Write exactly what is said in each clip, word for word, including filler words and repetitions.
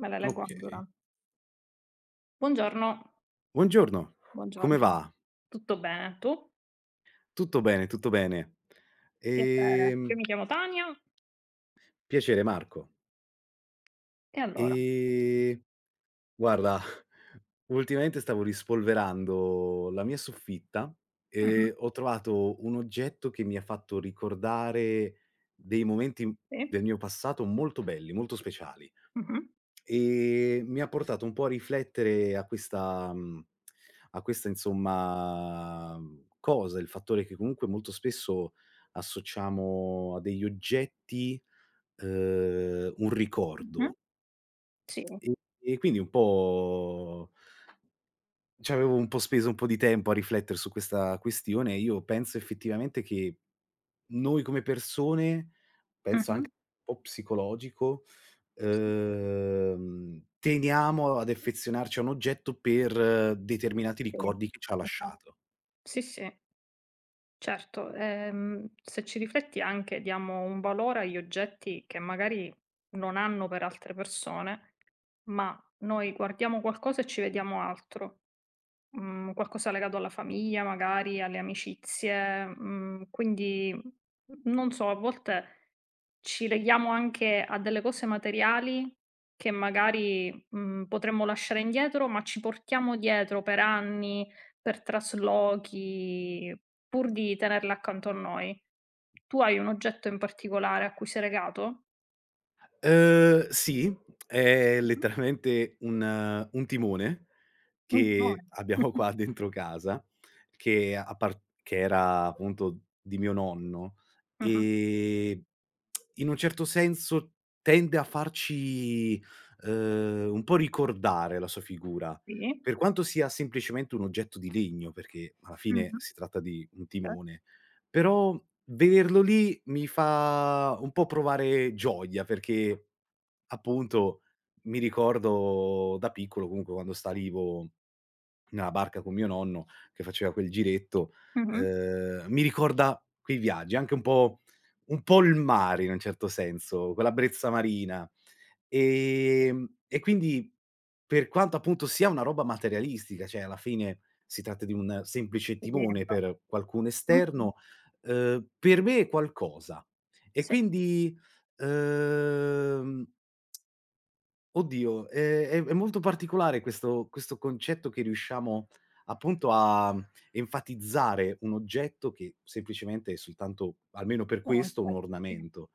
Me la leggo Okay. allora. Buongiorno, Buongiorno, come buongiorno. va? Tutto bene, tu? Tutto bene, tutto bene. Piacere. Io Ehm, mi chiamo Tania piacere Marco. e allora. Ehm, guarda, ultimamente stavo rispolverando la mia soffitta Mh-mh. e ho trovato un oggetto che mi ha fatto ricordare dei momenti Sì. del mio passato molto belli, molto speciali. Mh-mh. Ehm, mi ha portato un po' a riflettere a questa mhmm, a questa insomma, mhmm, cosa, il fattore che comunque molto spesso associamo a degli oggetti, uhm, un Mh-mh. ricordo. Sì. E e quindi un po' c'avevo un po' speso un po' di tempo a riflettere su questa questione e io penso effettivamente che noi come persone, penso anche Mh-mh. un po' psicologico, Sì, ehm, teniamo ad affezionarci a un oggetto per determinati sì, ricordi che ci ha esatto. lasciato. Sì, sì, certo. Ehm, se ci rifletti anche diamo un valore agli oggetti che magari non hanno per altre persone, ma noi guardiamo qualcosa e ci vediamo altro. Mhmm, qualcosa legato alla famiglia magari, alle amicizie, mhmm, quindi, mhmm, non so, a volte ci leghiamo anche a delle cose materiali che magari, mhmm, potremmo lasciare indietro, ma ci portiamo dietro per anni, per traslochi, pur di tenerle accanto a noi. Tu hai un oggetto in particolare a cui sei legato? Ehm, sì, è Mh-mh. letteralmente un un timone Un che timone. abbiamo Mh-mh. qua dentro casa, che apar che era appunto di mio nonno, Mh-mh. ehm, in un certo senso tende a farci, uhm, un po' ricordare la sua figura, Sì. per quanto sia semplicemente un oggetto di legno, perché alla fine Mh-mh. si tratta di un Okay. timone, però vederlo lì mi fa un po' provare gioia, perché appunto mi ricordo da piccolo, comunque quando salivo nella barca con mio nonno che faceva quel giretto, Mh-mh. ehm, mi ricorda quei viaggi, anche un po' un po' il mare in un certo senso, quella brezza marina. Ehm, e quindi per quanto appunto sia una roba materialistica, cioè alla fine si tratta di un semplice Sì, timone infatti. per qualcuno Mh-mh. esterno, ehm, per me è qualcosa. E Sì. quindi, ehm Oddio, ehm, è è molto particolare questo questo concetto che riusciamo appunto a mhmm, enfatizzare un oggetto che semplicemente è soltanto, almeno per questo, un Contest, sì. ornamento.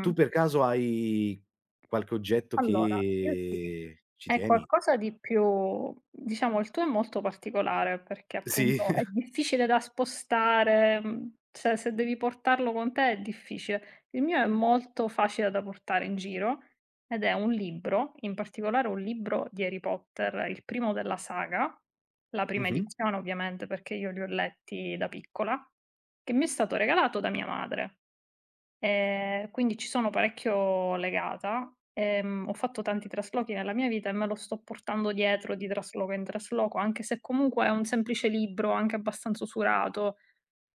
Tu per caso hai qualche oggetto Allora, io sì, che ci è tieni? qualcosa di più diciamo il tuo è molto particolare perché Sì. appunto è difficile da spostare, mhmm, se se devi portarlo con te è difficile. Il mio è molto facile da portare in giro ed è un libro, in particolare un libro di Harry Potter, il primo della saga, la prima Mh-mh. edizione ovviamente perché io li ho letti da piccola, che mi è stato regalato da mia madre. Ehm, quindi ci sono parecchio legata. Ehm, ho fatto tanti traslochi nella mia vita e me lo sto portando dietro di trasloco in trasloco, anche se comunque è un semplice libro, anche abbastanza usurato.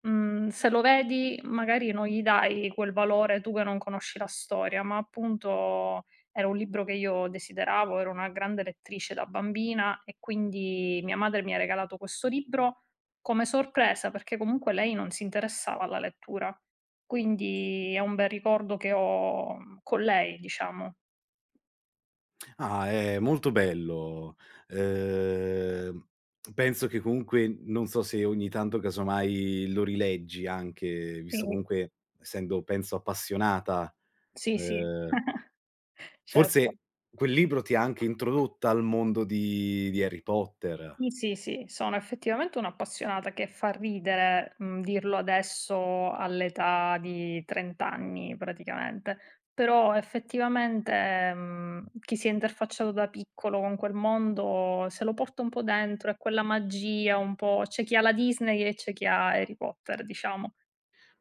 Mhmm, se lo vedi magari non gli dai quel valore tu che non conosci la storia, ma appunto era un libro che io desideravo, ero una grande lettrice da bambina e quindi mia madre mi ha regalato questo libro come sorpresa, perché comunque lei non si interessava alla lettura. Quindi è un bel ricordo che ho mhmm, con lei, diciamo. Ah, è molto bello. Ehm, penso che comunque non so se ogni tanto casomai lo rileggi anche, visto Quindi comunque essendo penso appassionata, sì, sì. ehm, Certo. forse quel libro ti ha anche introdotta al mondo di di Harry Potter. Sì, sì, sì, sono effettivamente un'appassionata che fa ridere, mhmm, dirlo adesso all'età di trenta anni praticamente, però effettivamente, mhmm, chi si è interfacciato da piccolo con quel mondo se lo porta un po' dentro, è quella magia un po' c'è chi ha la Disney e c'è chi ha Harry Potter, diciamo.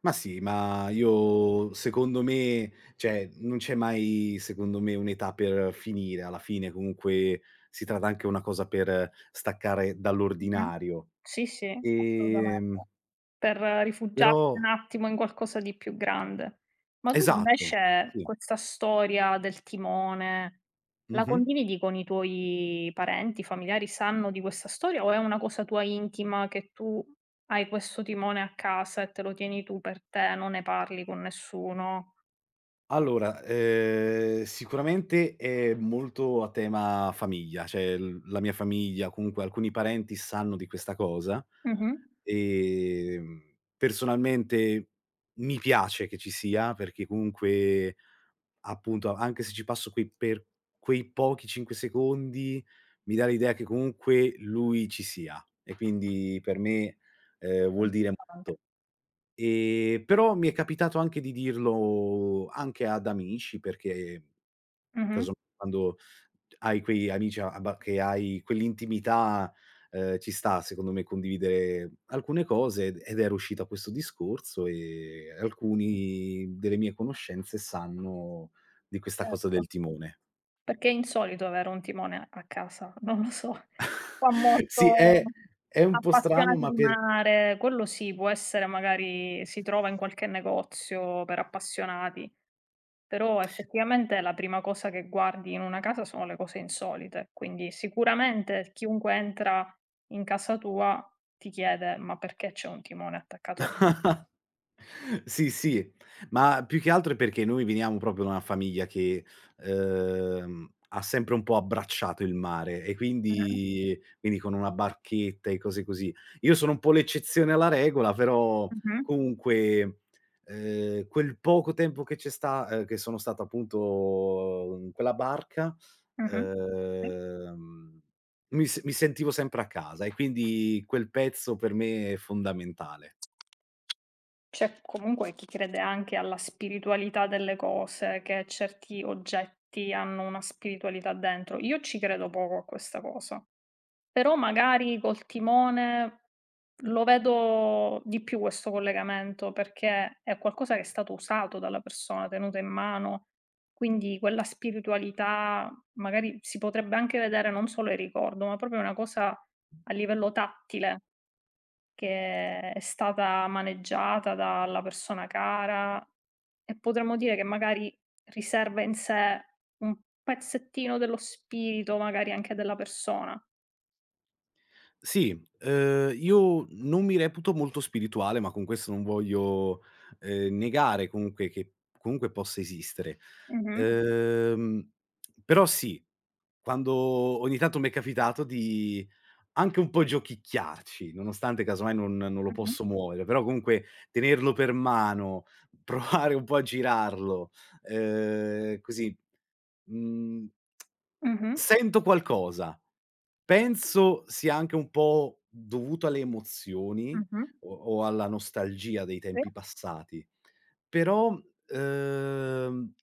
Ma sì, ma io secondo me cioè non c'è mai secondo me un'età per finire, alla fine comunque si tratta anche una cosa per staccare Mh-mh. dall'ordinario. Sì, sì, assolutamente. Ehm, Per rifugiarsi però un attimo in qualcosa di più grande. Ma tu esatto, invece sì. questa storia del timone, la Mh-mh. condividi con i tuoi parenti, familiari, sanno di questa storia o è una cosa tua intima che tu hai questo timone a casa e te lo tieni tu per te, non ne parli con nessuno? Allora, ehm, sicuramente è molto a tema famiglia, cioè l la mia famiglia, comunque alcuni parenti sanno di questa cosa. Mh-mh. Ehm, personalmente mi piace che ci sia, perché comunque appunto anche se ci passo quei per quei pochi cinque secondi, mi dà l'idea che comunque lui ci sia e quindi per me, ehm, vuol dire Interessante. molto. Ehm, però mi è capitato anche di dirlo anche ad amici perché Mh-mh. casomai quando hai quegli amici a- abba che hai quell'intimità, ehm, ci sta secondo me condividere alcune cose ed ed era uscito questo discorso, e alcuni delle mie conoscenze sanno di questa cosa Certo. del timone. Perché è insolito avere un timone a casa, non lo so. Qua Sì, molto è è un po' strano appassionati ma di per mare, quello sì, può essere magari si trova in qualche negozio per appassionati, però effettivamente la prima cosa che guardi in una casa sono le cose insolite, quindi sicuramente chiunque entra in casa tua ti chiede: "Ma perché c'è un timone attaccato al mu". Sì, sì, ma più che altro è perché noi veniamo proprio da una famiglia che, ehm, ha sempre un po' abbracciato il mare e Mh-mh, quindi quindi con una barchetta e cose così. Io sono un po' l'eccezione alla regola, però mh-mh, comunque, ehm, quel poco tempo che c'è sta ehm, che sono stato appunto in quella barca, mh-mh. Sì. ehm, mi s mi sentivo sempre a casa e quindi quel pezzo per me è fondamentale. C'è comunque chi crede anche alla spiritualità delle cose, che certi oggetti hanno una spiritualità dentro. Io ci credo poco a questa cosa, però magari col timone lo vedo di più questo collegamento, perché è qualcosa che è stato usato dalla persona, tenuto in mano, quindi quella spiritualità magari si potrebbe anche vedere non solo il ricordo, ma proprio una cosa a livello tattile. Che è stata maneggiata dalla persona cara e potremmo dire che magari riserva in sé un pezzettino dello spirito, magari anche della persona. Sì, ehm, io non mi reputo molto spirituale, ma con questo non voglio, ehm, negare comunque che comunque possa esistere. Mh. Mh-mh, Ehm, però sì, quando ogni tanto m'è capitato di anche un po' giochicchiarci, nonostante casomai non non lo mh-mh, posso muovere, però comunque tenerlo per mano, provare un po' a girarlo, ehm, così, mhmm, mh-mh, sento qualcosa. Penso sia anche un po' dovuto alle emozioni mh-mh. o o alla nostalgia dei tempi passati, però, ehm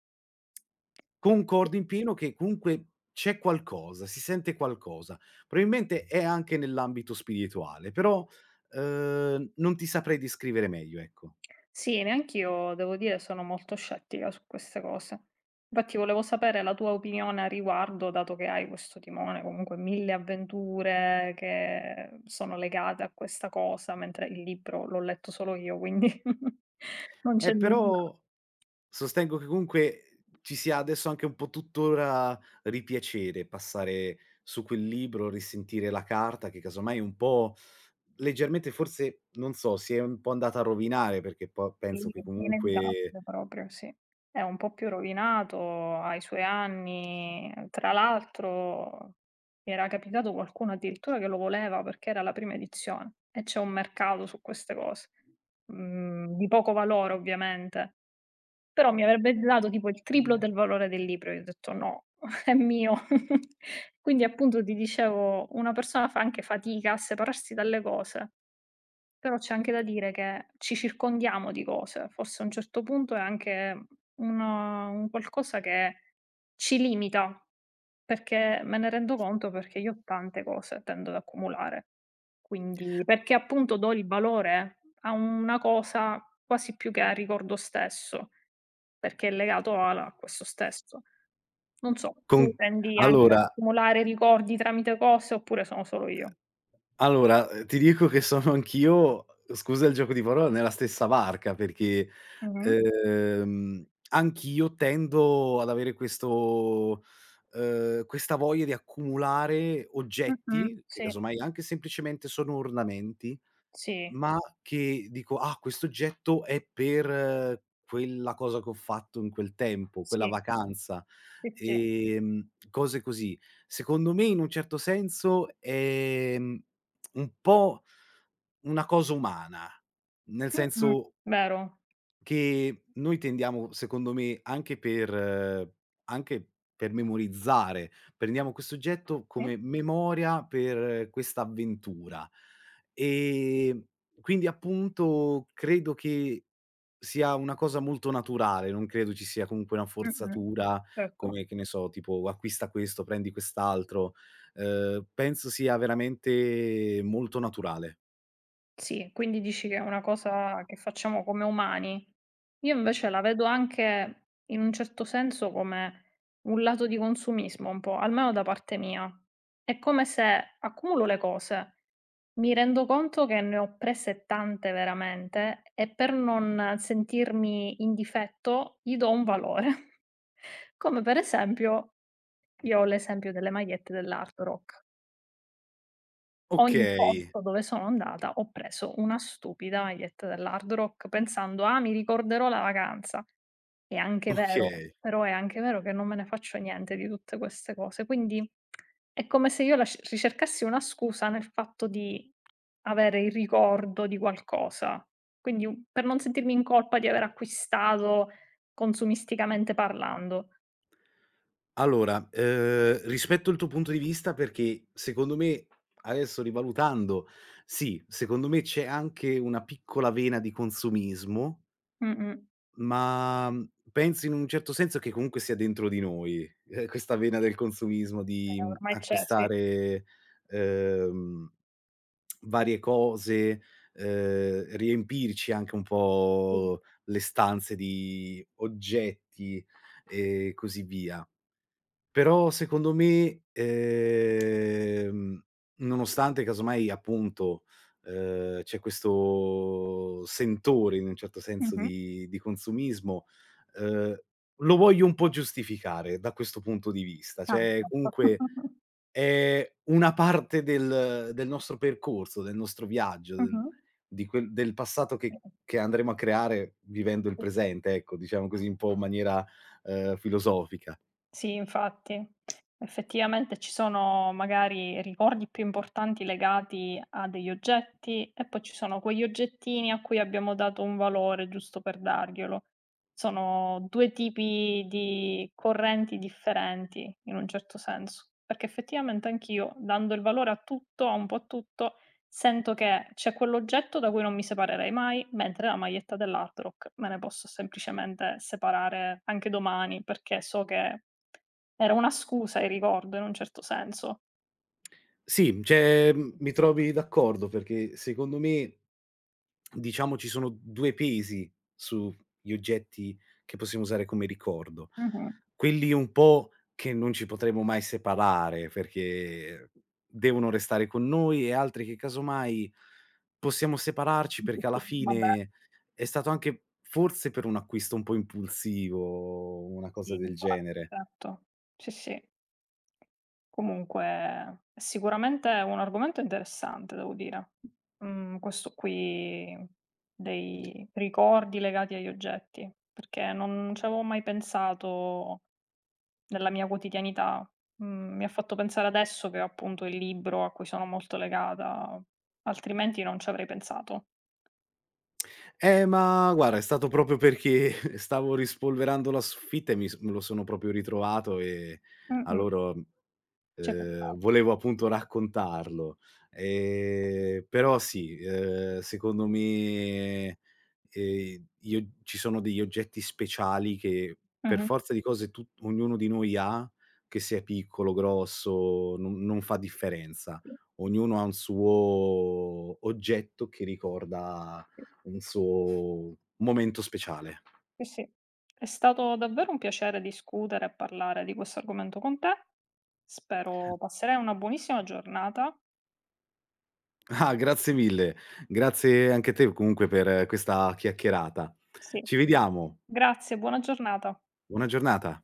Sì. concordo in pieno che comunque c'è qualcosa, si sente qualcosa. Probabilmente è anche nell'ambito spirituale, però, uhm, non ti saprei descrivere meglio, ecco. Sì, neanch'io devo dire sono molto scettica su queste cose. Infatti volevo sapere la tua opinione a riguardo, dato che hai questo timone, comunque mille avventure che sono legate a questa cosa, mentre il libro l'ho letto solo io, quindi non c'è Eh, nulla. però sostengo che comunque ci sia adesso anche un po' tuttora ripiacere, passare su quel libro, risentire la carta che casomai un po' leggermente forse, non so, si è un po' andata a rovinare perché po Sì, penso che è comunque. inevitabile proprio, sì. È un po' più rovinato, ha i suoi anni. Tra l'altro mi era capitato qualcuno addirittura che lo voleva perché era la prima edizione e c'è un mercato su queste cose. Mhmm, di poco valore ovviamente, però mi avrebbe dato tipo il triplo del valore del libro. Io ho detto: "No, è mio". Quindi appunto ti dicevo, una persona fa anche fatica a separarsi dalle cose. Però c'è anche da dire che ci circondiamo di cose, forse a un certo punto è anche una un qualcosa che ci limita, perché me ne rendo conto perché io ho tante cose, tendo ad accumulare. Quindi perché appunto do il valore a una cosa quasi più che al ricordo stesso, perché è legato alla a questo stesso. Non so, Con tu tendi anche ad allora accumulare ricordi tramite cose oppure sono solo io? Allora, ehm, ti dico che sono anch'io, scusa il gioco di parole, nella stessa barca perché, Mh-mh. ehm, anch'io tendo ad avere questo ehm, questa voglia di accumulare Mh-mh. oggetti, che Sì, casomai anche semplicemente sono ornamenti sì. ma che dico: "Ah, questo oggetto è per eh, quella cosa che ho fatto in quel tempo, quella Sì, vacanza." sì, sì. Ehm, cose così. Secondo me, in un certo senso, è, mhmm, un po' una cosa umana, nel Mh-mh, senso vero. che noi tendiamo, secondo me, anche per eh, anche per memorizzare, prendiamo questo oggetto Sì. come memoria per eh, questa avventura. Ehm, quindi appunto credo che sia una cosa molto naturale, non credo ci sia comunque una Mh-mh. forzatura Certo. come, che ne so, tipo acquista questo, prendi quest'altro. Ehm, penso sia veramente molto naturale. Sì, quindi dici che è una cosa che facciamo come umani. Io invece la vedo anche in un certo senso come un lato di consumismo un po', almeno da parte mia. È come se accumulo le cose, mi rendo conto che ne ho prese tante veramente e per non sentirmi in difetto gli do un valore. Come per esempio Io ho l'esempio delle magliette dell'Hard Rock. Ogni Okay, posto dove sono andata ho preso una stupida maglietta dell'Hard Rock pensando: "Ah, mi ricorderò la vacanza". È anche vero, okay. però è anche vero che non me ne faccio niente di tutte queste cose. Quindi è come se io lasc ricercassi una scusa nel fatto di avere il ricordo di qualcosa. Quindi u per non sentirmi in colpa di aver acquistato consumisticamente parlando. Allora, ehm, rispetto il tuo punto di vista perché secondo me, adesso rivalutando, sì, secondo me c'è anche una piccola vena di consumismo, Mh-mh. ma, mhmm, penso in un certo senso che comunque sia dentro di noi, ehm, questa vena del consumismo di, Eh, mhmm, ormai c'è, sì. acquistare, ehm, varie cose, ehm, riempirci anche un Sì. po' le stanze di oggetti e così via. Però secondo me, ehm, nonostante casomai appunto, ehm, c'è questo sentore in un certo senso Mh-mh. di di consumismo, ehm, lo voglio un po' giustificare da questo punto di vista. Ah, Cioè ecco. comunque è una parte del del nostro percorso, del nostro viaggio, del Mh-mh. di quel del passato Sì, che che andremo a creare vivendo il sì. presente, ecco, diciamo così un po' in maniera, ehm, filosofica. Sì, infatti. Effettivamente ci sono magari ricordi più importanti legati a degli oggetti e poi ci sono quegli oggettini a cui abbiamo dato un valore giusto per darglielo. Sono due tipi di correnti differenti in un certo senso, perché effettivamente anch'io, dando il valore a tutto, a un po' a tutto. Sento che c'è quell'oggetto da cui non mi separerei mai, mentre la maglietta dell'Hard Rock me ne posso semplicemente separare anche domani, perché so che era una scusa il ricordo in un certo senso. Sì, cioè, mhmm, mi trovi d'accordo perché secondo me, diciamo, ci sono due pesi sugli oggetti che possiamo usare come ricordo. Mh-mh. Quelli un po' che non ci potremo mai separare perché devono restare con noi e altri che casomai possiamo separarci Sì, perché alla sì, vabbè, fine è stato anche forse per un acquisto un po' impulsivo, una sì, cosa del infatti, genere. certo. Sì, sì. Comunque sicuramente è un argomento interessante, devo dire. Mhmm, questo qui dei ricordi legati agli oggetti, perché non ci avevo mai pensato nella mia quotidianità. Mhmm, mi ha fatto pensare adesso che ho appunto il libro a cui sono molto legata, altrimenti non ci avrei pensato. Eh, ma guarda è stato proprio perché stavo rispolverando la soffitta e mi s me lo sono proprio ritrovato e a Mh-mh, loro ci hai Ehm, pensato. volevo appunto raccontarlo. Ehm, però sì, ehm, secondo me, ehm, io ci sono degli oggetti speciali che per Mh-mh. forza di cose tu ognuno di noi ha, che sia piccolo, grosso, non non fa differenza. Sì, Ognuno ha un suo oggetto che ricorda sì. un suo momento speciale. Sì, sì. È stato davvero un piacere discutere e parlare di questo argomento con te. Spero passerai una buonissima giornata. Ah, grazie mille. Grazie anche a te comunque per eh, questa chiacchierata. Sì, Ci vediamo. grazie, buona giornata. Buona giornata.